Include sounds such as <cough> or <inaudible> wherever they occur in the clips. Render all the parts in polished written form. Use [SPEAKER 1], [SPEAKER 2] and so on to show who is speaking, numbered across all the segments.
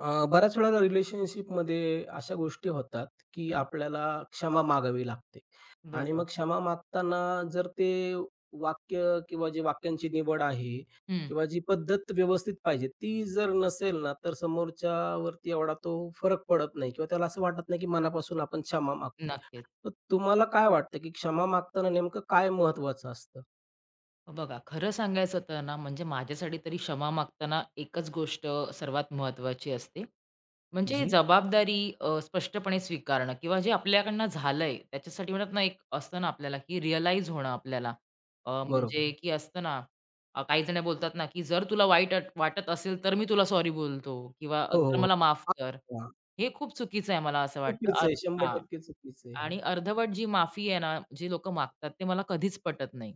[SPEAKER 1] बऱ्याच वेळेला रिलेशनशिपमध्ये अशा गोष्टी होतात, की
[SPEAKER 2] हं,
[SPEAKER 1] आपल्याला क्षमा मागावी लागते आणि
[SPEAKER 2] बरोबर.
[SPEAKER 1] मग क्षमा मागताना जर ते वाक्य किंवा जे वाक्यांची निवड आहे
[SPEAKER 2] हं,
[SPEAKER 1] किंवा जी पद्धत व्यवस्थित पाहिजे, ती जर नसेल ना, तर समोरच्यावरती एवढा तो फरक पडत नाही किंवा त्याला असं वाटत नाही, की मनापासून आपण क्षमा मागतोय.
[SPEAKER 2] नक्कीच.
[SPEAKER 1] तर तुम्हाला काय वाटतं, की क्षमा मागताना नेमकं काय महत्त्वाचं असतं?
[SPEAKER 2] बघा, खरं सांगायचं तर ना, म्हणजे माझ्यासाठी तरी क्षमा मागताना एकच गोष्ट सर्वात महत्त्वाची असते. म्हणजे
[SPEAKER 1] जी,
[SPEAKER 2] जबाबदारी स्पष्टपणे स्वीकारणं किंवा जे आपल्याकडनं झालंय त्याच्यासाठी म्हणतात ना, एक असतं ना आपल्याला, की रिअलाईज होणं आपल्याला. अ,
[SPEAKER 1] बरोबर
[SPEAKER 2] म्हणजे
[SPEAKER 1] आहे.
[SPEAKER 2] की असतं ना, अ, काही जण बोलतात ना, की "जर तुला वाईट वाटत असेल तर मी तुला सॉरी बोलतो" किंवा
[SPEAKER 1] हो,
[SPEAKER 2] "तर
[SPEAKER 1] हो, हो.
[SPEAKER 2] मला माफ
[SPEAKER 1] हां,
[SPEAKER 2] कर."
[SPEAKER 1] हां.
[SPEAKER 2] हे खूप चुकीचं आहे मला असं वाटतं.
[SPEAKER 1] चुकीचं आहे.
[SPEAKER 2] हां.
[SPEAKER 1] 100% चुकीचं आहे हे.
[SPEAKER 2] आणि अर्धवट जी माफी आहे ना, जी लोकं मागतात ते मला कधीच पटत नाही.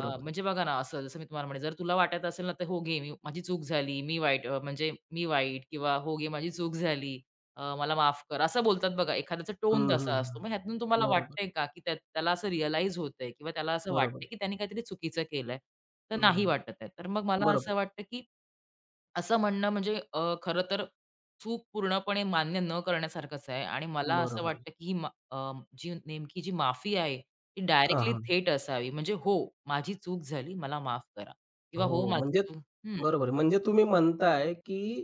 [SPEAKER 1] आहे.
[SPEAKER 2] म्हणजे बघा ना, असं जसं मी तुम्हाला म्हणे जर तुला वाटत असेल ना, तर "हो घे, मी माझी चूक झाली, मी वाईट म्हणजे मी वाईट" किंवा "हो घे, माझी चूक झाली, मला माफ कर." असं बोलतात बघा. एखाद्याचा टोन
[SPEAKER 1] हं, हं,
[SPEAKER 2] तसा असतो.
[SPEAKER 1] हं.
[SPEAKER 2] मग ह्यातून तुम्हाला
[SPEAKER 1] बरोबर,
[SPEAKER 2] वाटतंय का, की त्याला असं रिअलाईज होतंय किंवा त्याला असं
[SPEAKER 1] बरोबर
[SPEAKER 2] वाटतंय,
[SPEAKER 1] आहे.
[SPEAKER 2] की त्याने काहीतरी चुकीचं केलंय? तर नाही
[SPEAKER 1] हं.
[SPEAKER 2] वाटत आहे. तर मग मला
[SPEAKER 1] बरोबर
[SPEAKER 2] असं
[SPEAKER 1] आहे,
[SPEAKER 2] वाटतं, की असं म्हणणं म्हणजे खरं तर चूक पूर्णपणे मान्य न करण्यासारखंच आहे आणि मला हं.
[SPEAKER 1] बरोबर
[SPEAKER 2] असं
[SPEAKER 1] आहे.
[SPEAKER 2] वाटतं की ही जी नेमकी जी माफी आहे, ती
[SPEAKER 1] हां,
[SPEAKER 2] डायरेक्टली
[SPEAKER 1] हां.
[SPEAKER 2] थेट असावी. म्हणजे "हो, माझी चूक झाली. मला माफ करा." किंवा "हो, हो.
[SPEAKER 1] हो,
[SPEAKER 2] माझी
[SPEAKER 1] म्हणजे
[SPEAKER 2] चूक" हं.
[SPEAKER 1] बरोबर आहे. म्हणजे तुम्ही म्हणताय, की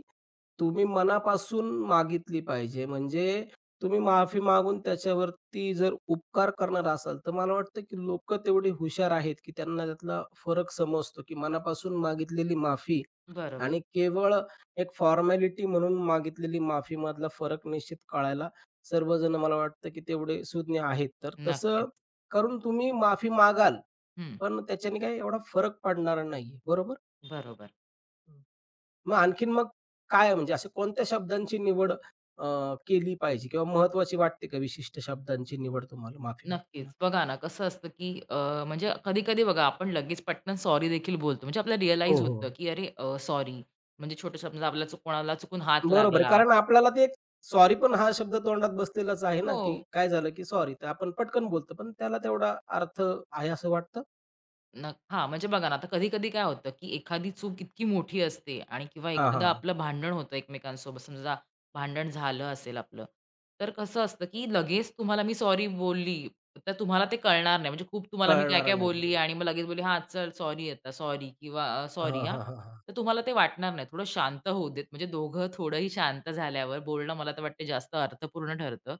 [SPEAKER 1] तुम्ही मनापासून मागितली पाहिजे. म्हणजे तुम्ही माफी मागून त्याच्यावरती जर उपकार करणार असाल, तर मला वाटतं, की लोकं तेवढी हुशार आहेत, की त्यांना त्यातला फरक समजतो, की मनापासून मागितलेली माफी
[SPEAKER 2] बरोबर.
[SPEAKER 1] आणि केवळ एक फॉर्मॅलिटी म्हणून मागितलेली माफीमधला फरक निश्चित कळायला सर्वजण मला वाटतं, की तेवढे सुज्ञ आहेत. तर तसं
[SPEAKER 2] नक्कीच.
[SPEAKER 1] करून तुम्ही माफी मागाल,
[SPEAKER 2] हं.
[SPEAKER 1] पण त्याच्याने काही एवढा फरक पडणारा नाहीये. बरोबर?
[SPEAKER 2] बरोबर.
[SPEAKER 1] हम्म. मग आणखीन मग काय म्हणजे अशा कोणत्या शब्दांची निवड अ, केली पाहिजे किंवा महत्त्वाची वाटते का विशिष्ट शब्दांची निवड तुम्हाला माफी मागताना?
[SPEAKER 2] नक्कीच. बघा ना, कसं असतं की म्हणजे कधी-कधी बघा आपण लगेच पटकन सॉरी देखील बोलतो. म्हणजे आपल्याला
[SPEAKER 1] हो,
[SPEAKER 2] रिअलाईज
[SPEAKER 1] हो.
[SPEAKER 2] होतं की "अरे सॉरी." म्हणजे छोट्या शब्दात आपल्याला कोणाला चुकून हात
[SPEAKER 1] बरोबर आहे.
[SPEAKER 2] लागला
[SPEAKER 1] कारण आपल्याला ते सॉरी पण हा शब्द तोंडात बसलेलाच आहे ना,
[SPEAKER 2] हो.
[SPEAKER 1] की काय झालं, की सॉरी तर आपण पटकन बोलतो, पण त्याला तेवढा अर्थ आहे असं वाटतं?
[SPEAKER 2] हां, म्हणजे बघा ना, आता कधी-कधी काय होतं, की एखादी चूक इतकी मोठी असते आणि किंवा
[SPEAKER 1] हां,
[SPEAKER 2] एखादं
[SPEAKER 1] हां, हां.
[SPEAKER 2] आपलं भांडण होतं एकमेकांसोबत, समजा भांडण झालं असेल आपलं, तर कसं असतं, की लगेच तुम्हाला मी सॉरी बोलली, तर तुम्हाला ते कळणार नाही. म्हणजे खूप तुम्हाला मी काय-काय बोलली
[SPEAKER 1] नाहीये.
[SPEAKER 2] आणि मग लगेच बोलली, "हां, चल सॉरी आता, सॉरी" किंवा
[SPEAKER 1] हां,
[SPEAKER 2] "सॉरी हां."
[SPEAKER 1] हां, हां, हां.
[SPEAKER 2] तर तुम्हाला ते वाटणार नाही. थोडं शांत होऊ देत. म्हणजे दोघं थोडंही शांत झाल्यावर बोलणं मला तर वाटते जास्त अर्थपूर्ण ठरतं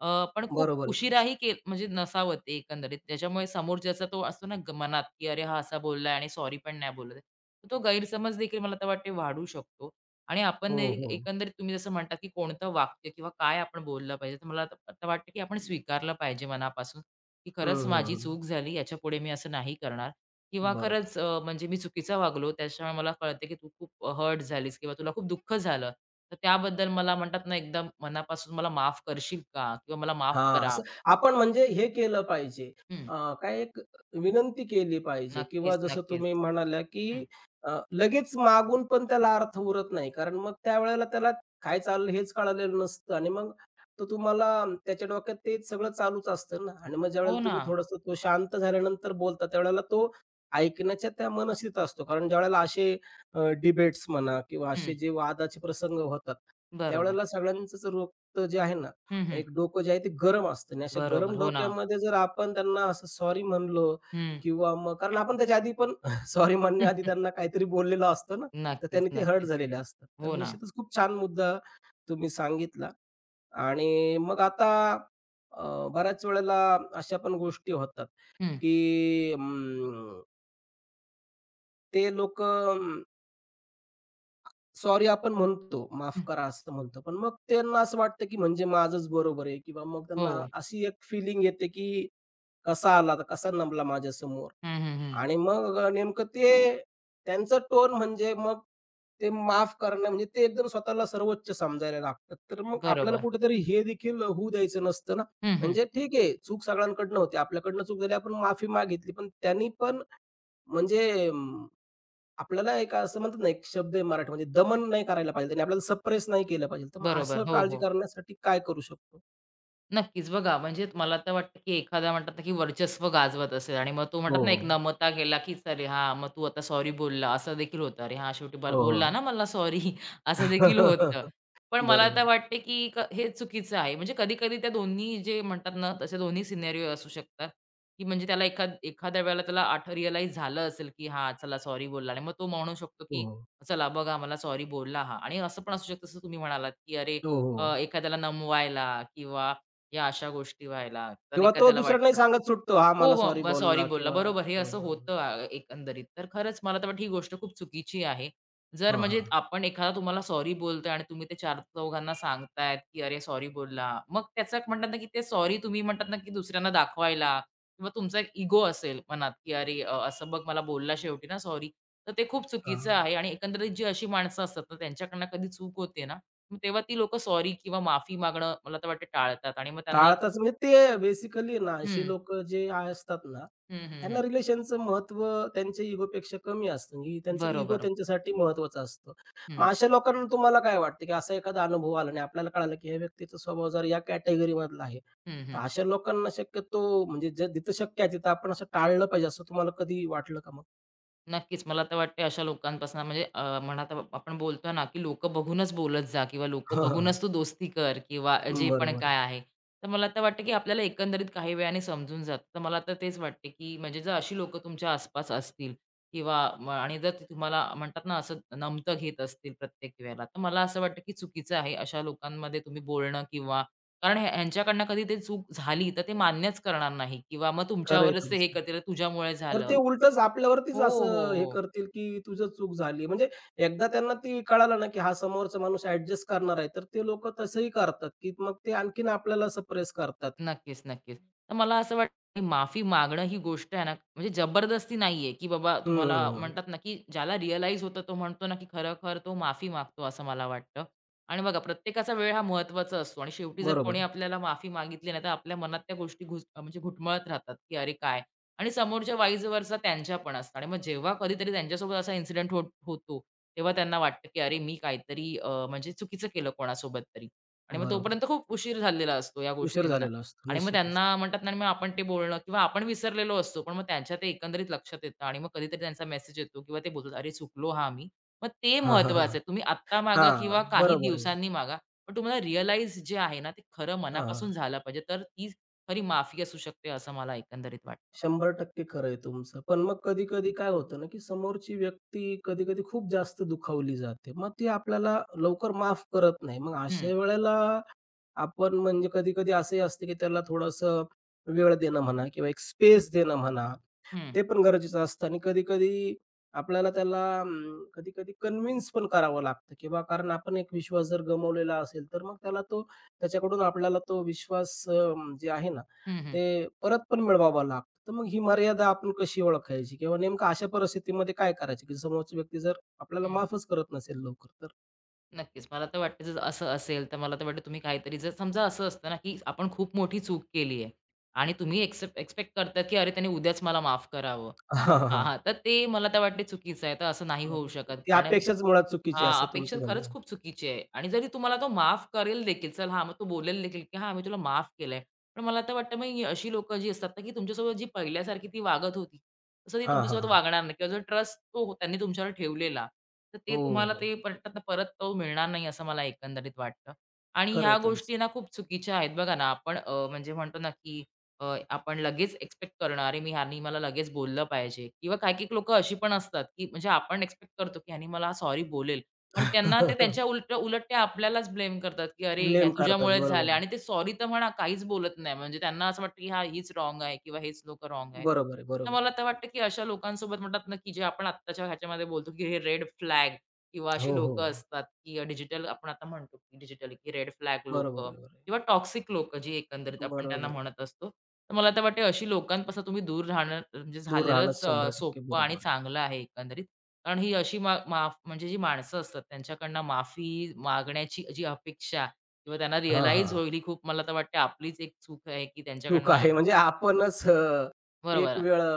[SPEAKER 2] पण खूप
[SPEAKER 1] बरोबर आहे तुमचं.
[SPEAKER 2] उशिराही म्हणजे नसावं ते एकंदरीत. त्याच्यामुळे समोरच्याचा तो असतो ना ग मनात, की "अरे, हा असा बोललाय आणि सॉरी पण नाही बोलत आहे." तर तो गैरसमज देखील मला तर वाटते वाढू शकतो. आणि
[SPEAKER 1] हो,
[SPEAKER 2] आपण दे
[SPEAKER 1] हो.
[SPEAKER 2] एकंदरीत तुम्ही जसं म्हणता, की कोणतं वाक्य किंवा काय आपण बोललं पाहिजे, तर मला आता आता वाटतं, की आपण स्वीकारलं पाहिजे मनापासून, की
[SPEAKER 1] हं,
[SPEAKER 2] खरंच
[SPEAKER 1] हं,
[SPEAKER 2] माझी
[SPEAKER 1] हं.
[SPEAKER 2] चूक झाली. याच्यापुढे मी असं नाही करणार. किंवा
[SPEAKER 1] बरोबर.
[SPEAKER 2] खरंच म्हणजे मी चुकीचा वागलो त्याच्यामुळे मला कळते की तू खूप हर्ट झालीस किंवा तुला खूप दुःख झालं. तर त्याबद्दल मला म्हणतात ना एकदम मनापासून मला माफ करशील का? किंवा मला माफ
[SPEAKER 1] हां,
[SPEAKER 2] करा.
[SPEAKER 1] असं आपण म्हणजे हे केलं पाहिजे.
[SPEAKER 2] हं,
[SPEAKER 1] काय एक विनंती केली पाहिजे किंवा जसं तुम्ही
[SPEAKER 2] नक्कीच.
[SPEAKER 1] म्हणाल्या, की
[SPEAKER 2] हं.
[SPEAKER 1] लगेच मागून पण त्याला अर्थ उरत नाही. कारण मग त्यावेळेला त्याला काय चाललं हेच कळालेलं नसतं आणि मग तो तुम्हाला त्याच्या डोक्यात ते सगळं चालूच असतं ना आणि मग
[SPEAKER 2] हो
[SPEAKER 1] ज्यावेळेला
[SPEAKER 2] ना.
[SPEAKER 1] तुम्ही थोडंसं तो शांत झाल्यानंतर बोलता, त्यावेळेला तो ऐकण्याच्या त्या मनस्थितीत असतो. कारण ज्यावेळेला असे डिबेट्स म्हणा किंवा
[SPEAKER 2] हं.
[SPEAKER 1] असे जे वादाचे प्रसंग होतात,
[SPEAKER 2] बरोबर.
[SPEAKER 1] त्यावेळेला सगळ्यांचंच रोगतं जे आहे ना,
[SPEAKER 2] हं, हं.
[SPEAKER 1] एक डोकं जे आहे ते गरम असतं आणि अशा
[SPEAKER 2] बरोबर.
[SPEAKER 1] गरम
[SPEAKER 2] हो ना.
[SPEAKER 1] डोक्यामध्ये जर आपण त्यांना असं सॉरी म्हणलो
[SPEAKER 2] हं.
[SPEAKER 1] किंवा मग कारण आपण त्याच्या आधी पण <laughs> सॉरी म्हणण्याआधी त्यांना
[SPEAKER 2] <laughs>
[SPEAKER 1] काहीतरी बोललेलं असतं ना, तर त्यांनी ते हर्ट
[SPEAKER 2] नक्कीच.
[SPEAKER 1] झालेले असतात. तर
[SPEAKER 2] हो ना.
[SPEAKER 1] निश्चितच खूप छान मुद्दा तुम्ही सांगितला आणि मग आता बऱ्याच वेळेला अशा पण गोष्टी होतात,
[SPEAKER 2] हं,
[SPEAKER 1] की अं, ते लोकं सॉरी आपण म्हणतो, माफ
[SPEAKER 2] हं.
[SPEAKER 1] करा असं म्हणतो. पण मग त्यांना असं वाटतं, की म्हणजे माझंच बरोबर आहे किंवा मग त्यांना
[SPEAKER 2] हो.
[SPEAKER 1] अशी एक फिलिंग येते, की कसा आला, तर कसा नमला माझ्यासमोर
[SPEAKER 2] हं, हं, हं.
[SPEAKER 1] आणि मग नेमकं ते त्यांचा टोन म्हणजे मग ते माफ करणं म्हणजे ते एकदम स्वतःला सर्वोच्च समजायला लागतात. तर मग आपल्याला
[SPEAKER 2] बरोबर.
[SPEAKER 1] कुठेतरी हे देखील होऊ द्यायचं नसतं ना.
[SPEAKER 2] हं, हं.
[SPEAKER 1] म्हणजे ठीक आहे, चूक सगळ्यांकडनं होते. आपल्याकडनं चूक झाली, आपण माफी मागितली. पण त्यांनी पण म्हणजे आपल्याला एक असं म्हणतात ना, एक शब्द आहे मराठीमध्ये दमन नाही करायला पाहिजे आणि आपल्याला सप्रेस नाही केलं पाहिजे. तर मग
[SPEAKER 2] बरोबर.
[SPEAKER 1] असं
[SPEAKER 2] हो,
[SPEAKER 1] काळजी
[SPEAKER 2] हो.
[SPEAKER 1] करण्यासाठी काय करू शकतो?
[SPEAKER 2] नक्कीच. बघा म्हणजे मला तर वाटतं, की एखादा म्हणतात ना, की वर्चस्व गाजवत असेल आणि मग तो म्हणतात
[SPEAKER 1] हो,
[SPEAKER 2] ना, एक
[SPEAKER 1] हो.
[SPEAKER 2] नमता केला, की "अरे हां, मग तू आता सॉरी बोलला." असं देखील होतं. "अरे हां, शेवटी
[SPEAKER 1] हो,
[SPEAKER 2] बोलला
[SPEAKER 1] हो.
[SPEAKER 2] ना मला सॉरी." <laughs> असं देखील होतं.
[SPEAKER 1] <laughs>
[SPEAKER 2] पण मला आता
[SPEAKER 1] बरोबर.
[SPEAKER 2] वाटते, की हे चुकीचं आहे. म्हणजे कधी-कधी त्या दोन्ही जे म्हणतात ना, तसे दोन्ही सिनेरिओ असू शकतात, की म्हणजे त्याला एखाद्या वेळेला त्याला रिअलाईज झालं असेल, की "हां, चला सॉरी बोलला." आणि मग तो म्हणू शकतो,
[SPEAKER 1] हो,
[SPEAKER 2] की
[SPEAKER 1] हो.
[SPEAKER 2] "चला बघा मला सॉरी बोलला हा." आणि असं पण असू शकतं जसं तुम्ही म्हणालात, की अरे
[SPEAKER 1] हो, हो.
[SPEAKER 2] एखाद्याला नमवायला किंवा या अशा गोष्टी व्हायला. तर
[SPEAKER 1] किंवा तो
[SPEAKER 2] एखाद्याला
[SPEAKER 1] दुसऱ्यांनाही
[SPEAKER 2] वाटलं
[SPEAKER 1] सांगत सुटतो, हा
[SPEAKER 2] हो,
[SPEAKER 1] मला
[SPEAKER 2] हो.
[SPEAKER 1] सॉरी
[SPEAKER 2] मग सॉरी
[SPEAKER 1] बोलला"
[SPEAKER 2] बोलला.
[SPEAKER 1] किंवा हं,
[SPEAKER 2] बरोबर हे
[SPEAKER 1] हं,
[SPEAKER 2] असं
[SPEAKER 1] हं.
[SPEAKER 2] होतं एकंदरीत. तर खरंच मला तर वाटतं ही गोष्ट खूप चुकीची आहे. जर
[SPEAKER 1] हां, हां,
[SPEAKER 2] म्हणजे
[SPEAKER 1] हां.
[SPEAKER 2] आपण एखादा तुम्हाला सॉरी बोलतोय आणि तुम्ही ते 4-चौघांना सांगतायत, की "अरे सॉरी बोलला." मग त्याचं एक म्हणतात ना, की ते सॉरी तुम्ही म्हणतात ना, की दुसऱ्यांना दाखवायला किंवा तुमचा एक इगो असेल मनात, की "अरे असं बघ मला बोलला शेवटी ना सॉरी." तर ते खूप चुकीचं आहे आणि एकंदरीत जी अशी माणसं असतात ना, त्यांच्याकडनं कधी चूक होते ना, मग तेव्हा ती लोकं सॉरी किंवा माफी मागणं मला तर वाटतं टाळतात आणि मग त्यांना
[SPEAKER 1] टाळताच म्हणजे ते बेसिकली ना अशी
[SPEAKER 2] हं.
[SPEAKER 1] लोकं जे असतात ना,
[SPEAKER 2] हं, हं, हं.
[SPEAKER 1] त्यांना रिलेशनचं महत्त्व त्यांच्या इगोपेक्षा कमी असतं. म्हणजे त्यांचं इगो
[SPEAKER 2] बरोबर.
[SPEAKER 1] त्यांच्यासाठी महत्त्वाचा असतो. मग
[SPEAKER 2] हं,
[SPEAKER 1] अशा लोकांना तुम्हाला काय वाटतं, की असा एखादा अनुभव आला आणि आपल्याला कळालं, की ह्या व्यक्तीचा स्वभाव जर या कॅटेगरीमधला आहे,
[SPEAKER 2] हं,
[SPEAKER 1] तर
[SPEAKER 2] हं.
[SPEAKER 1] अशा लोकांना शक्यतो म्हणजे जे जिथं शक्य आहे तिथं आपण असं टाळलं पाहिजे असं तुम्हाला कधी वाटलं का मग?
[SPEAKER 2] नक्कीच. मला तर वाटते अशा लोकांपासून म्हणजे म्हणा तर आपण बोलतो ना, की "लोकं बघूनच बोलत जा" किंवा "लोकं बघूनच तू
[SPEAKER 1] <laughs>
[SPEAKER 2] दोस्ती कर" किंवा जे पण
[SPEAKER 1] बरोबर आहे.
[SPEAKER 2] काय आहे. तर मला तर वाटतं, की आपल्याला एकंदरीत काही वेळाने समजून जातं. तर मला तर तेच वाटते, की म्हणजे जर अशी लोकं तुमच्या आसपास असतील किंवा आणि जर ते तुम्हाला म्हणतात ना, असं नमतं घेत असतील प्रत्येक वेळेला, तर मला असं वाटतं, की चुकीचं आहे अशा लोकांमध्ये तुम्ही बोलणं किंवा कारण ह्यांच्याकडनं कधी ते चूक झाली, तर ते मान्यच करणार नाही किंवा मग
[SPEAKER 1] खरं आहे
[SPEAKER 2] तुमच्यावरच ते हे
[SPEAKER 1] तुमचं.
[SPEAKER 2] करतील, "तुझ्यामुळे
[SPEAKER 1] तर
[SPEAKER 2] झालं."
[SPEAKER 1] ते उलटंच
[SPEAKER 2] हो,
[SPEAKER 1] आपल्यावरतीच
[SPEAKER 2] हो,
[SPEAKER 1] असं हे
[SPEAKER 2] हो
[SPEAKER 1] करतील, की तुझं चूक झाली. म्हणजे एकदा त्यांना ती कळालं ना, की हा समोरचा माणूस ॲडजस्ट करणार आहे, तर ते लोकं तसंही करतात, की मग ते आणखीन आपल्याला सप्रेस करतात.
[SPEAKER 2] नक्कीच. तर मला असं वाटतं, की माफी मागणं ही गोष्ट आहे ना, म्हणजे जबरदस्ती नाहीये, की बाबा
[SPEAKER 1] हं,
[SPEAKER 2] तुम्हाला
[SPEAKER 1] हं, हं.
[SPEAKER 2] म्हणतात ना, की ज्याला रिअलाईज होतं तो म्हणतो ना, की खरखर तो माफी मागतो असं मला वाटतं. आणि बघा प्रत्येकाचा वेळ हा महत्त्वाचा असतो आणि शेवटी जर
[SPEAKER 1] बरोबर
[SPEAKER 2] कोणी
[SPEAKER 1] आहे.
[SPEAKER 2] आपल्याला माफी मागितली नाही, तर आपल्या मनात त्या गोष्टी म्हणजे घुटमळत राहतात, की अरे काय? आणि समोरच्या वाईज त्यांच्या पण असतात आणि मग जेव्हा कधीतरी त्यांच्यासोबत असा इन्सिडेंट होतो, तेव्हा त्यांना वाटतं, की अरे मी काहीतरी म्हणजे चुकीचं केलं कोणासोबत तरी आणि मग
[SPEAKER 1] बरोबर आहे.
[SPEAKER 2] तोपर्यंत खूप उशीर झालेला असतो या
[SPEAKER 1] उशीर
[SPEAKER 2] गोष्टींना.
[SPEAKER 1] झालेला असतो
[SPEAKER 2] आणि मग
[SPEAKER 1] निश्चितच.
[SPEAKER 2] त्यांना म्हणतात ना, आणि मग आपण ते बोलणं किंवा आपण विसरलेलो असतो. पण मग त्यांच्या ते एकंदरीत लक्षात येतं आणि मग कधीतरी त्यांचा मेसेज येतो किंवा ते बोलतात, "अरे, चुकलो हां मी." मग ते
[SPEAKER 1] हां, हां, हां.
[SPEAKER 2] महत्त्वाचं आहे. तुम्ही आत्ता मागा किंवा
[SPEAKER 1] हां,
[SPEAKER 2] काही
[SPEAKER 1] बरोबर आहे.
[SPEAKER 2] दिवसांनी मागा, पण तुम्हाला रिअलाईज जे आहे ना, ते खरं
[SPEAKER 1] हां,
[SPEAKER 2] मनापासून
[SPEAKER 1] हां.
[SPEAKER 2] झालं पाहिजे. तर ती खरी माफी असू शकते, असं मला एकंदरीत वाटतं.
[SPEAKER 1] 100% खरं आहे तुमचं. पण मग कधी-कधी काय होतं ना, की समोरची व्यक्ती कधी-कधी खूप जास्त दुखावली जाते. मग ती आपल्याला लवकर माफ करत नाही. मग
[SPEAKER 2] हं,
[SPEAKER 1] अशा वेळेला आपण म्हणजे कधी-कधी असंही असतं, की त्याला थोडंसं वेळ देणं म्हणा किंवा एक स्पेस देणं म्हणा,
[SPEAKER 2] हं,
[SPEAKER 1] ते पण गरजेचं असतं आणि कधी-कधी आपल्याला त्याला कधी-कधी कन्विन्स पण करावं लागतं किंवा कारण आपण एक विश्वास जर गमावलेला असेल, तर मग त्याला तो त्याच्याकडून आपल्याला तो विश्वास जे आहे ना,
[SPEAKER 2] हं, हं,
[SPEAKER 1] ते परत पण मिळवावा लागतो. तर मग ही मर्यादा आपण कशी ओळखायची किंवा नेमकं अशा परिस्थितीमध्ये काय करायचं, की समोरची व्यक्ती जर आपल्याला
[SPEAKER 2] हं.
[SPEAKER 1] माफच करत नसेल लवकर तर?
[SPEAKER 2] नक्कीच. मला तर वाटतं जर असं असेल, तर मला तर वाटतं तुम्ही काहीतरी जर समजा असं असतं ना, की आपण खूप मोठी चूक केली आहे आणि तुम्ही एक्स्पेक्ट करता, की अरे त्याने उद्याच मला माफ करावं.
[SPEAKER 1] <laughs> हां, हां, हां.
[SPEAKER 2] हां. तर ते मला तर वाटते चुकीचं आहे. तर असं नाही होऊ
[SPEAKER 1] बरोबर.
[SPEAKER 2] शकत.
[SPEAKER 1] ती
[SPEAKER 2] कारण
[SPEAKER 1] अपेक्षाच मुळात चुकीची
[SPEAKER 2] हां,
[SPEAKER 1] असं
[SPEAKER 2] अपेक्षा
[SPEAKER 1] तुमचं म्हणणं
[SPEAKER 2] खरंच
[SPEAKER 1] आहे.
[SPEAKER 2] खूप चुकीची आहे आणि जरी तुम्हाला तो माफ करेल देखील, चल हां, मग तो बोलेल देखील, की "हां, मी तुला माफ केलंय." पण मला तर वाटतं मग ही अशी लोकं जी असतात ना, की तुमच्यासोबत जी पहिल्यासारखी ती वागत होती, तसं ती
[SPEAKER 1] हां, हां,
[SPEAKER 2] तुमच्यासोबत
[SPEAKER 1] हां.
[SPEAKER 2] वागणार नाही किंवा जो ट्रस्ट तो त्यांनी तुमच्यावर ठेवलेला, तर ते
[SPEAKER 1] हो,
[SPEAKER 2] तुम्हाला
[SPEAKER 1] हो.
[SPEAKER 2] ते म्हणतात ना, परत तो मिळणार नाही असं मला एकंदरीत वाटतं. आणि
[SPEAKER 1] खरं
[SPEAKER 2] ह्या
[SPEAKER 1] आहे तुमचं.
[SPEAKER 2] गोष्टी ना खूप चुकीच्या आहेत. बघा ना, आपण म्हणजे म्हणतो ना, की अ, आपण लगेच एक्स्पेक्ट करणं, "अरे, मी ह्यानी मला लगेच बोललं पाहिजे." किंवा काही-काही लोकं अशी पण असतात, की म्हणजे आपण एक्स्पेक्ट करतो, की ह्यानी मला सॉरी बोलेल. पण त्यांना ते त्यांच्या
[SPEAKER 1] <laughs>
[SPEAKER 2] उलट उलट ते आपल्यालाच ब्लेम करतात, की "अरे, ह्या
[SPEAKER 1] ब्लेम करतात.
[SPEAKER 2] तुझ्यामुळेच झालं"
[SPEAKER 1] बरोबर आहे.
[SPEAKER 2] आणि ते सॉरी तर म्हणा काहीच बोलत नाही. म्हणजे त्यांना असं वाटतं, की "हां, हीच रॉन्ग आहे किंवा हेच लोकं रॉन्ग आहेत."
[SPEAKER 1] बरोबर आहे,
[SPEAKER 2] तर
[SPEAKER 1] बरोबर
[SPEAKER 2] मला
[SPEAKER 1] आहे.
[SPEAKER 2] तर वाटतं, की अशा लोकांसोबत म्हणतात ना, की जे आपण आत्ताच्या ह्याच्यामध्ये बोलतो, की हे रेड फ्लॅग किंवा अशी
[SPEAKER 1] हो,
[SPEAKER 2] लोकं
[SPEAKER 1] हो.
[SPEAKER 2] असतात, की डिजिटल आपण आता म्हणतो, की डिजिटल की रेड फ्लॅग
[SPEAKER 1] बरोबर
[SPEAKER 2] लोकं
[SPEAKER 1] आहे, बरोबर आहे.
[SPEAKER 2] किंवा टॉक्सिक लोकं जी एकंदरीत आपण त्यांना
[SPEAKER 1] बरोबर आहे.
[SPEAKER 2] म्हणत असतो. तर मला तर वाटते अशी लोकांपासून तुम्ही दूर राहणं म्हणजे
[SPEAKER 1] दूर राहणंच
[SPEAKER 2] झालेलंच
[SPEAKER 1] 100%
[SPEAKER 2] सोपं आणि
[SPEAKER 1] बरोबर आहे.
[SPEAKER 2] चांगलं आहे एकंदरीत. कारण ही अशी मा माफ म्हणजे जी माणसं असतात त्यांच्याकडनं माफी मागण्याची जी अपेक्षा किंवा त्यांना
[SPEAKER 1] हां, हां,
[SPEAKER 2] रिअलाईज होईल
[SPEAKER 1] हां.
[SPEAKER 2] ही खूप मला तर वाटते आपलीच एक चूक आहे, की
[SPEAKER 1] चूक
[SPEAKER 2] त्यांच्याकडनं
[SPEAKER 1] आहे म्हणजे आपणच एक
[SPEAKER 2] बरोबर.
[SPEAKER 1] वेळ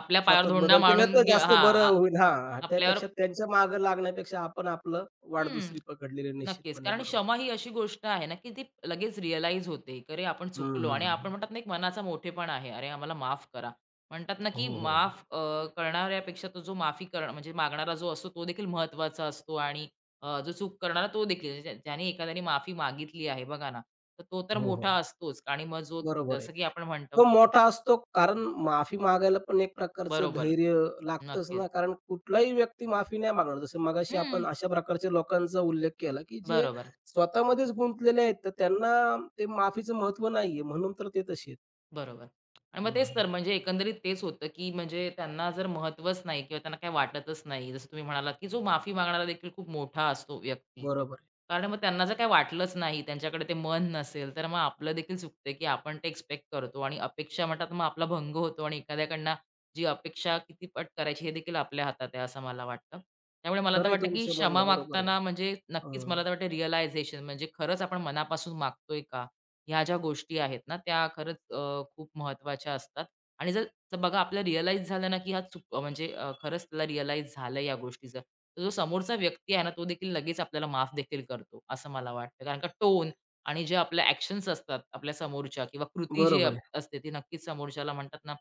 [SPEAKER 2] आपल्या पायावर
[SPEAKER 1] स्वतःत
[SPEAKER 2] धोंडा
[SPEAKER 1] बदल केला
[SPEAKER 2] मारून
[SPEAKER 1] तर
[SPEAKER 2] घे
[SPEAKER 1] जास्त बरं
[SPEAKER 2] हां,
[SPEAKER 1] होईल. हां, हां.
[SPEAKER 2] आपल्यावर
[SPEAKER 1] त्यापेक्षा त्यांच्या मागे लागण्यापेक्षा आपण आपलं वाट
[SPEAKER 2] हं.
[SPEAKER 1] दुसरी पकडलेली
[SPEAKER 2] नक्कीच.
[SPEAKER 1] निश्चितपणे
[SPEAKER 2] कारण
[SPEAKER 1] बरोबर.
[SPEAKER 2] क्षमा ही अशी गोष्ट आहे ना, की ती लगेच रिअलाईज होते, की अरे आपण
[SPEAKER 1] हं,
[SPEAKER 2] चुकलो आणि
[SPEAKER 1] हं.
[SPEAKER 2] आपण म्हणतात ना, एक मनाचा मोठेपणा आहे. "अरे आम्हाला माफ करा." म्हणतात ना,
[SPEAKER 1] हो,
[SPEAKER 2] की
[SPEAKER 1] हो.
[SPEAKER 2] माफ करणाऱ्यापेक्षा तो जो माफी कर म्हणजे मागणारा जो असतो तो देखील महत्त्वाचा असतो आणि जो चूक करणारा तो देखील. ज्याने एखाद्याने माफी मागितली आहे बघा ना, तर तो तर
[SPEAKER 1] हो, हो.
[SPEAKER 2] मोठा असतोच आणि मग जो
[SPEAKER 1] बरोबर आहे.
[SPEAKER 2] जसं की आपण म्हणतो
[SPEAKER 1] तो मोठा असतो. कारण माफी मागायला पण एक प्रकारचं
[SPEAKER 2] बरोबर.
[SPEAKER 1] धैर्य लागतंच
[SPEAKER 2] नक्कीच.
[SPEAKER 1] ना, कारण कुठलाही व्यक्ती माफी नाही मागणार. जसं मगाशी
[SPEAKER 2] हं.
[SPEAKER 1] आपण अशा प्रकारच्या लोकांचा उल्लेख केला, की जे
[SPEAKER 2] बरोबर.
[SPEAKER 1] स्वतःमध्येच गुंतलेले आहेत, तर त्यांना ते माफीचं महत्त्व नाहीये, म्हणून तर ते तसे आहेत.
[SPEAKER 2] बरोबर. आणि मग तेच तर
[SPEAKER 1] हं,
[SPEAKER 2] म्हणजे एकंदरीत तेच होतं, की म्हणजे त्यांना जर महत्त्वच नाही किंवा त्यांना काही वाटतच नाही. जसं तुम्ही म्हणालात, की जो माफी मागणारा देखील खूप मोठा असतो व्यक्ती.
[SPEAKER 1] बरोबर आहे.
[SPEAKER 2] कारण मग त्यांना जर काही वाटलंच नाही, त्यांच्याकडे ते मन नसेल, तर मग आपलं देखील चुकतं, की आपण ते एक्स्पेक्ट करतो आणि अपेक्षा म्हणतात मग आपला भंग होतो आणि एखाद्याकडनं जी अपेक्षा किती पट करायची हे देखील आपल्या हातात आहे, असं मला वाटतं. त्यामुळे मला तर
[SPEAKER 1] खरं
[SPEAKER 2] वाटतं, की
[SPEAKER 1] तुमचं
[SPEAKER 2] क्षमा
[SPEAKER 1] म्हणणं. बरोबर आहे.
[SPEAKER 2] मागताना म्हणजे नक्कीच
[SPEAKER 1] हं.
[SPEAKER 2] मला तर वाटतं रिअलायझेशन म्हणजे खरंच आपण मनापासून मागतोय का? ह्या ज्या गोष्टी आहेत ना, त्या खरंच खूप महत्त्वाच्या असतात आणि तर बघा आपल्याला रिअलाईज झालं ना, की हा चुक म्हणजे खरंच त्याला रिअलाईज झालं या गोष्टीचं, तर जो समोरचा व्यक्ती आहे ना, तो देखील लगेच आपल्याला माफ देखील करतो, असं मला वाटतं. कारण का टोन आणि जे आपल्या ॲक्शन्स असतात आपल्या समोरच्या किंवा कृती जी
[SPEAKER 1] बरोबर
[SPEAKER 2] अप
[SPEAKER 1] आहे.
[SPEAKER 2] असते, ती नक्कीच समोरच्याला म्हणतात ना,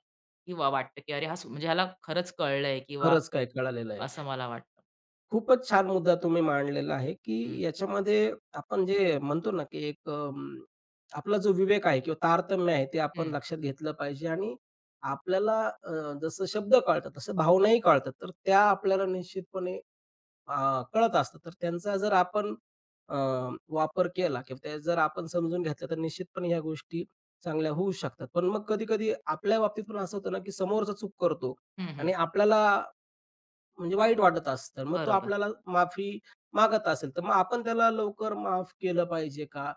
[SPEAKER 2] की वाटतं, की अरे म्हणजे ह्याला खरंच कळलंय किंवा
[SPEAKER 1] खरंच काय कळालेलं आहे.
[SPEAKER 2] असं मला वाटतं.
[SPEAKER 1] खूपच छान मुद्दा तुम्ही मांडलेला आहे, की
[SPEAKER 2] हं.
[SPEAKER 1] याच्यामध्ये आपण जे म्हणतो ना, की एक आपला जो विवेक आहे किंवा तारतम्य आहे ते आपण
[SPEAKER 2] हं,
[SPEAKER 1] लक्षात घेतलं पाहिजे आणि आपल्याला जसं शब्द कळतात, तसं भावनाही कळतात. तर त्या आपल्याला निश्चितपणे कळत असतात. तर त्यांचा जर आपण अ, वापर केला किंवा त्या जर आपण समजून घेतलं, तर निश्चितपणे ह्या गोष्टी चांगल्या होऊ शकतात. पण मग कधी-कधी आपल्या बाबतीत पण असं होतं ना, की समोरचा चूक करतो
[SPEAKER 2] हं,
[SPEAKER 1] आणि
[SPEAKER 2] हं.
[SPEAKER 1] आपल्याला म्हणजे वाईट वाटत असतं. मग तो
[SPEAKER 2] बरोबर.
[SPEAKER 1] आपल्याला माफी मागत असेल, तर मग आपण त्याला लवकर माफ केलं पाहिजे का?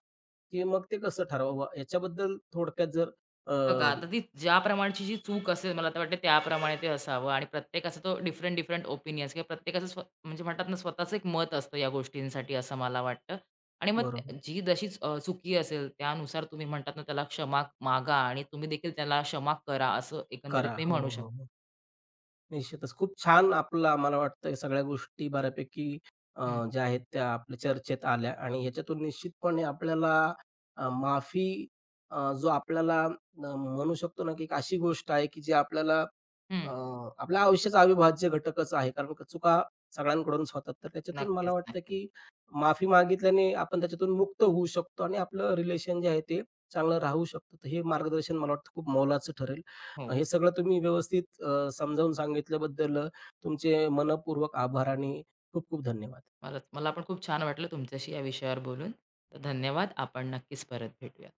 [SPEAKER 1] की मग ते कसं ठरवावं? याच्याबद्दल थोडक्यात जर अ,
[SPEAKER 2] बघा, आता ती ज्या प्रमाणची जी चूक असेल मला तर वाटते त्याप्रमाणे ते असावं आणि प्रत्येकाचा तो डिफरंट डिफरंट ओपिनियन्स किंवा प्रत्येकाचं स्व म्हणजे म्हणतात ना स्वतःचं एक मत असतं या गोष्टींसाठी असं मला वाटतं. आणि मग
[SPEAKER 1] बरोबर.
[SPEAKER 2] त्या जी जशी चुकी असेल त्यानुसार तुम्ही म्हणतात ना त्याला क्षमा मागा आणि तुम्ही देखील त्याला क्षमा करा असं एकंदरीत
[SPEAKER 1] करा.
[SPEAKER 2] मी
[SPEAKER 1] हो,
[SPEAKER 2] म्हणू शकतो.
[SPEAKER 1] हो, हो. निश्चितच. खूप छान आपला मला वाटतं या सगळ्या गोष्टी बऱ्यापैकी अ,
[SPEAKER 2] हं,
[SPEAKER 1] ज्या आहेत त्या आपल्या चर्चेत आल्या आणि ह्याच्यातून निश्चितपणे आपल्याला माफी जो आपल्याला म्हणू शकतो ना, की एक अशी गोष्ट आहे, की जी आपल्याला अ,
[SPEAKER 2] हं.
[SPEAKER 1] आपल्या आयुष्याचा अविभाज्य घटकच आहे. कारण का चुका सगळ्यांकडूनच होतात. तर त्याच्यातून मला वाटतं,
[SPEAKER 2] नक्कीच.
[SPEAKER 1] की माफी मागितल्याने आपण त्याच्यातून मुक्त होऊ शकतो आणि आपलं रिलेशन जे आहे ते चांगलं राहू शकतं. तर हे मार्गदर्शन मला वाटतं खूप मोलाचं ठरेल.
[SPEAKER 2] हो.
[SPEAKER 1] हे सगळं तुम्ही व्यवस्थित समजावून सांगितल्याबद्दल तुमचे मनःपूर्वक आभार आणि खूप खूप धन्यवाद.
[SPEAKER 2] मला मला पण खूप छान वाटलं तुमच्याशी या विषयावर बोलून. तर धन्यवाद. आपण नक्कीच परत भेटूया.